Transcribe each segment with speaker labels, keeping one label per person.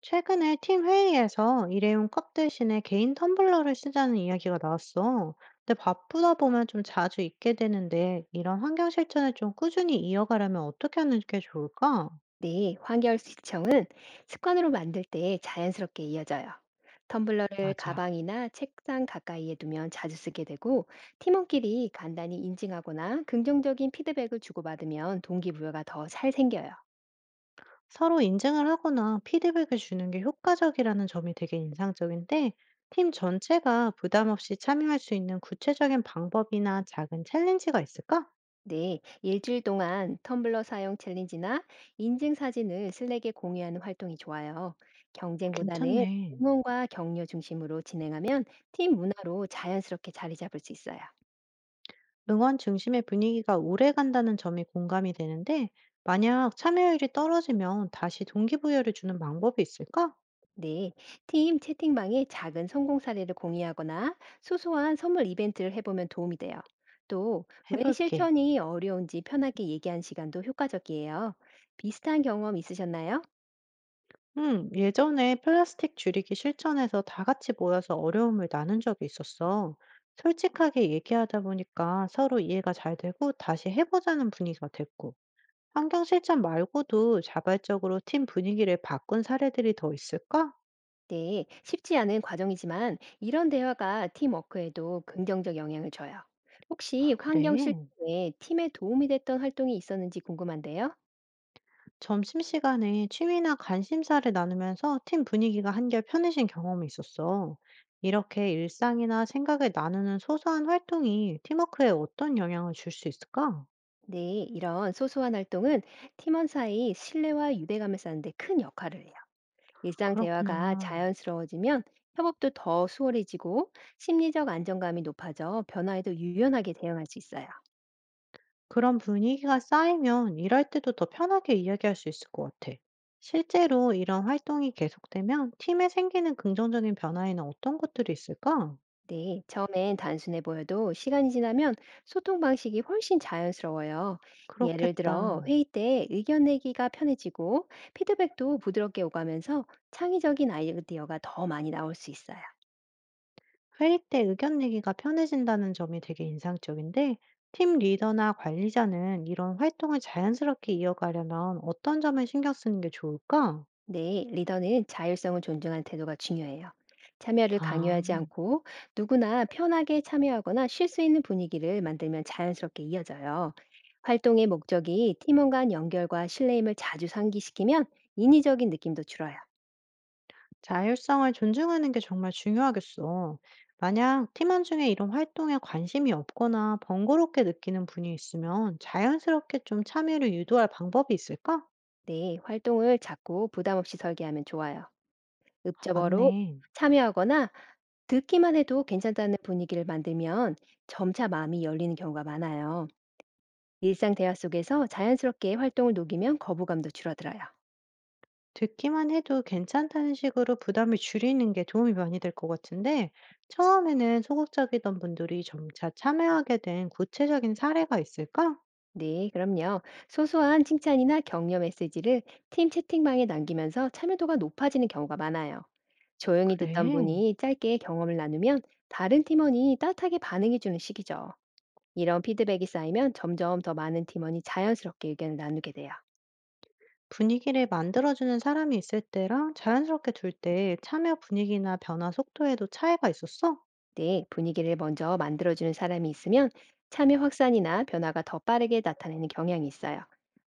Speaker 1: 최근에 팀 회의에서 일회용 컵 대신에 개인 텀블러를 쓰자는 이야기가 나왔어. 근데 바쁘다 보면 좀 자주 잊게 되는데, 이런 환경 실천을 좀 꾸준히 이어가려면 어떻게 하는 게 좋을까?
Speaker 2: 네, 환경 시청은 습관으로 만들 때 자연스럽게 이어져요. 텀블러를
Speaker 1: 맞아.
Speaker 2: 가방이나 책상 가까이에 두면 자주 쓰게 되고, 팀원끼리 간단히 인증하거나 긍정적인 피드백을 주고받으면 동기부여가 더 잘 생겨요.
Speaker 1: 서로 인증을 하거나 피드백을 주는 게 효과적이라는 점이 되게 인상적인데, 팀 전체가 부담 없이 참여할 수 있는 구체적인 방법이나 작은 챌린지가 있을까?
Speaker 2: 네, 일주일 동안 텀블러 사용 챌린지나 인증 사진을 슬랙에 공유하는 활동이 좋아요. 경쟁보다는
Speaker 1: 괜찮네.
Speaker 2: 응원과 격려 중심으로 진행하면 팀 문화로 자연스럽게 자리 잡을 수 있어요.
Speaker 1: 응원 중심의 분위기가 오래 간다는 점이 공감이 되는데, 만약 참여율이 떨어지면 다시 동기부여를 주는 방법이 있을까?
Speaker 2: 네, 팀 채팅방에 작은 성공 사례를 공유하거나 소소한 선물 이벤트를 해보면 도움이 돼요. 또, 왜
Speaker 1: 해볼게.
Speaker 2: 실천이 어려운지 편하게 얘기한 시간도 효과적이에요. 비슷한 경험 있으셨나요?
Speaker 1: 예전에 플라스틱 줄이기 실천에서 다 같이 모여서 어려움을 나눈 적이 있었어. 솔직하게 얘기하다 보니까 서로 이해가 잘 되고 다시 해보자는 분위기가 됐고, 환경 실천 말고도 자발적으로 팀 분위기를 바꾼 사례들이 더 있을까?
Speaker 2: 네, 쉽지 않은 과정이지만 이런 대화가 팀워크에도 긍정적 영향을 줘요.
Speaker 1: 아,
Speaker 2: 혹시 환경
Speaker 1: 그래.
Speaker 2: 실천에 팀에 도움이 됐던 활동이 있었는지 궁금한데요.
Speaker 1: 점심시간에 취미나 관심사를 나누면서 팀 분위기가 한결 편해진 경험이 있었어. 이렇게 일상이나 생각을 나누는 소소한 활동이 팀워크에 어떤 영향을 줄 수 있을까?
Speaker 2: 네, 이런 소소한 활동은 팀원 사이 신뢰와 유대감을 쌓는 데 큰 역할을 해요. 일상 대화가
Speaker 1: 그렇구나.
Speaker 2: 자연스러워지면 협업도 더 수월해지고 심리적 안정감이 높아져 변화에도 유연하게 대응할 수 있어요.
Speaker 1: 그런 분위기가 쌓이면 일할 때도 더 편하게 이야기할 수 있을 것 같아. 실제로 이런 활동이 계속되면 팀에 생기는 긍정적인 변화에는 어떤 것들이 있을까?
Speaker 2: 네, 처음엔 단순해 보여도 시간이 지나면 소통 방식이 훨씬 자연스러워요. 예를 들어
Speaker 1: 그렇겠다.
Speaker 2: 회의 때 의견 내기가 편해지고 피드백도 부드럽게 오가면서 창의적인 아이디어가 더 많이 나올 수 있어요.
Speaker 1: 회의 때 의견 내기가 편해진다는 점이 되게 인상적인데, 팀 리더나 관리자는 이런 활동을 자연스럽게 이어가려면 어떤 점에 신경 쓰는 게 좋을까?
Speaker 2: 네, 리더는 자율성을 존중하는 태도가 중요해요. 참여를
Speaker 1: 아,
Speaker 2: 강요하지 않고 누구나 편하게 참여하거나 쉴 수 있는 분위기를 만들면 자연스럽게 이어져요. 활동의 목적이 팀원 간 연결과 신뢰임을 자주 상기시키면 인위적인 느낌도 줄어요.
Speaker 1: 자율성을 존중하는 게 정말 중요하겠어. 만약 팀원 중에 이런 활동에 관심이 없거나 번거롭게 느끼는 분이 있으면 자연스럽게 좀 참여를 유도할 방법이 있을까?
Speaker 2: 네, 활동을 자꾸 부담 없이 설계하면 좋아요.
Speaker 1: 아,
Speaker 2: 읍접어로
Speaker 1: 맞네.
Speaker 2: 참여하거나 듣기만 해도 괜찮다는 분위기를 만들면 점차 마음이 열리는 경우가 많아요. 일상 대화 속에서 자연스럽게 활동을 녹이면 거부감도 줄어들어요.
Speaker 1: 듣기만 해도 괜찮다는 식으로 부담을 줄이는 게 도움이 많이 될 것 같은데, 처음에는 소극적이던 분들이 점차 참여하게 된 구체적인 사례가 있을까?
Speaker 2: 네, 그럼요. 소소한 칭찬이나 격려 메시지를 팀 채팅방에 남기면서 참여도가 높아지는 경우가 많아요. 조용히 듣던
Speaker 1: 그래.
Speaker 2: 분이 짧게 경험을 나누면 다른 팀원이 따뜻하게 반응해주는 시기죠. 이런 피드백이 쌓이면 점점 더 많은 팀원이 자연스럽게 의견을 나누게 돼요.
Speaker 1: 분위기를 만들어주는 사람이 있을 때랑 자연스럽게 둘 때 참여 분위기나 변화 속도에도 차이가 있었어?
Speaker 2: 네, 분위기를 먼저 만들어주는 사람이 있으면 참여 확산이나 변화가 더 빠르게 나타내는 경향이 있어요.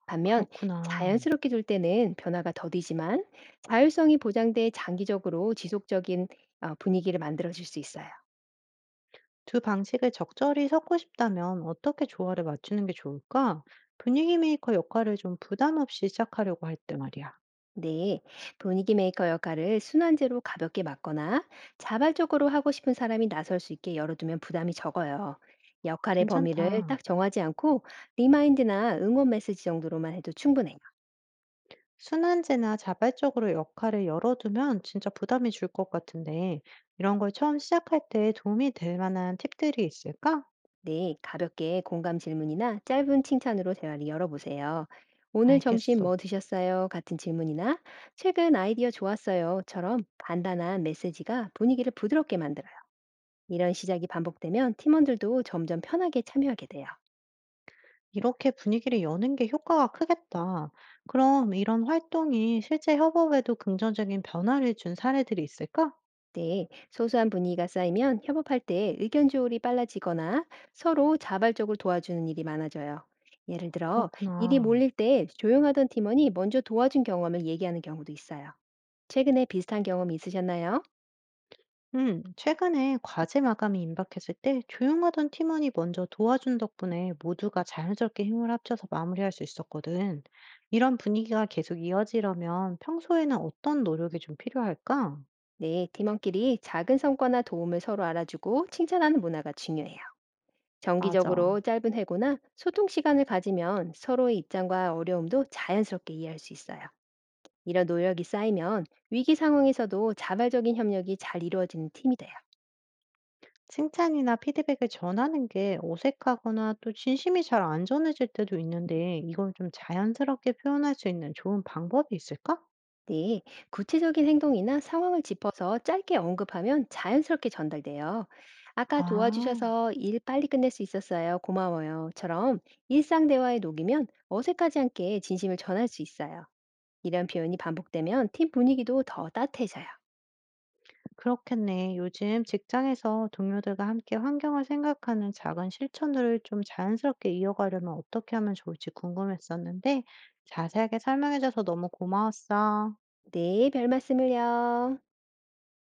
Speaker 2: 반면
Speaker 1: 그렇구나.
Speaker 2: 자연스럽게 둘 때는 변화가 더디지만 자율성이 보장돼 장기적으로 지속적인 분위기를 만들어줄 수 있어요.
Speaker 1: 두 방식을 적절히 섞고 싶다면 어떻게 조화를 맞추는 게 좋을까? 분위기 메이커 역할을 좀 부담 없이 시작하려고 할 때 말이야.
Speaker 2: 네, 분위기 메이커 역할을 순환제로 가볍게 맡거나 자발적으로 하고 싶은 사람이 나설 수 있게 열어두면 부담이 적어요. 역할의 범위를
Speaker 1: 괜찮다.
Speaker 2: 딱 정하지 않고 리마인드나 응원 메시지 정도로만 해도 충분해요.
Speaker 1: 순환제나 자발적으로 역할을 열어두면 진짜 부담이 줄 것 같은데, 이런 걸 처음 시작할 때 도움이 될 만한 팁들이 있을까?
Speaker 2: 네, 가볍게 공감 질문이나 짧은 칭찬으로 대화를 열어보세요. 오늘 점심
Speaker 1: 알겠어.
Speaker 2: 뭐 드셨어요? 같은 질문이나 최근 아이디어 좋았어요.처럼 간단한 메시지가 분위기를 부드럽게 만들어요. 이런 시작이 반복되면 팀원들도 점점 편하게 참여하게 돼요.
Speaker 1: 이렇게 분위기를 여는 게 효과가 크겠다. 그럼 이런 활동이 실제 협업에도 긍정적인 변화를 준 사례들이 있을까?
Speaker 2: 네, 소소한 분위기가 쌓이면 협업할 때 의견 조율이 빨라지거나 서로 자발적으로 도와주는 일이 많아져요. 예를 들어, 일이
Speaker 1: 그렇구나.
Speaker 2: 몰릴 때 조용하던 팀원이 먼저 도와준 경험을 얘기하는 경우도 있어요. 최근에 비슷한 경험이 있으셨나요?
Speaker 1: 최근에 과제 마감이 임박했을 때 조용하던 팀원이 먼저 도와준 덕분에 모두가 자연스럽게 힘을 합쳐서 마무리할 수 있었거든. 이런 분위기가 계속 이어지려면 평소에는 어떤 노력이 좀 필요할까?
Speaker 2: 네, 팀원끼리 작은 성과나 도움을 서로 알아주고 칭찬하는 문화가 중요해요.
Speaker 1: 맞아.
Speaker 2: 정기적으로 짧은 회고나 소통 시간을 가지면 서로의 입장과 어려움도 자연스럽게 이해할 수 있어요. 이런 노력이 쌓이면 위기 상황에서도 자발적인 협력이 잘 이루어지는 팀이 돼요.
Speaker 1: 칭찬이나 피드백을 전하는 게 어색하거나 또 진심이 잘 안 전해질 때도 있는데 이걸 좀 자연스럽게 표현할 수 있는 좋은 방법이 있을까?
Speaker 2: 네, 구체적인 행동이나 상황을 짚어서 짧게 언급하면 자연스럽게 전달돼요. 아까
Speaker 1: 아.
Speaker 2: 도와주셔서 일 빨리 끝낼 수 있었어요. 고마워요.처럼 일상 대화에 녹이면 어색하지 않게 진심을 전할 수 있어요. 이런 표현이 반복되면 팀 분위기도 더 따뜻해져요.
Speaker 1: 그렇겠네. 요즘 직장에서 동료들과 함께 환경을 생각하는 작은 실천들을 좀 자연스럽게 이어가려면 어떻게 하면 좋을지 궁금했었는데, 자세하게 설명해줘서 너무 고마웠어.
Speaker 2: 네, 별 말씀을요.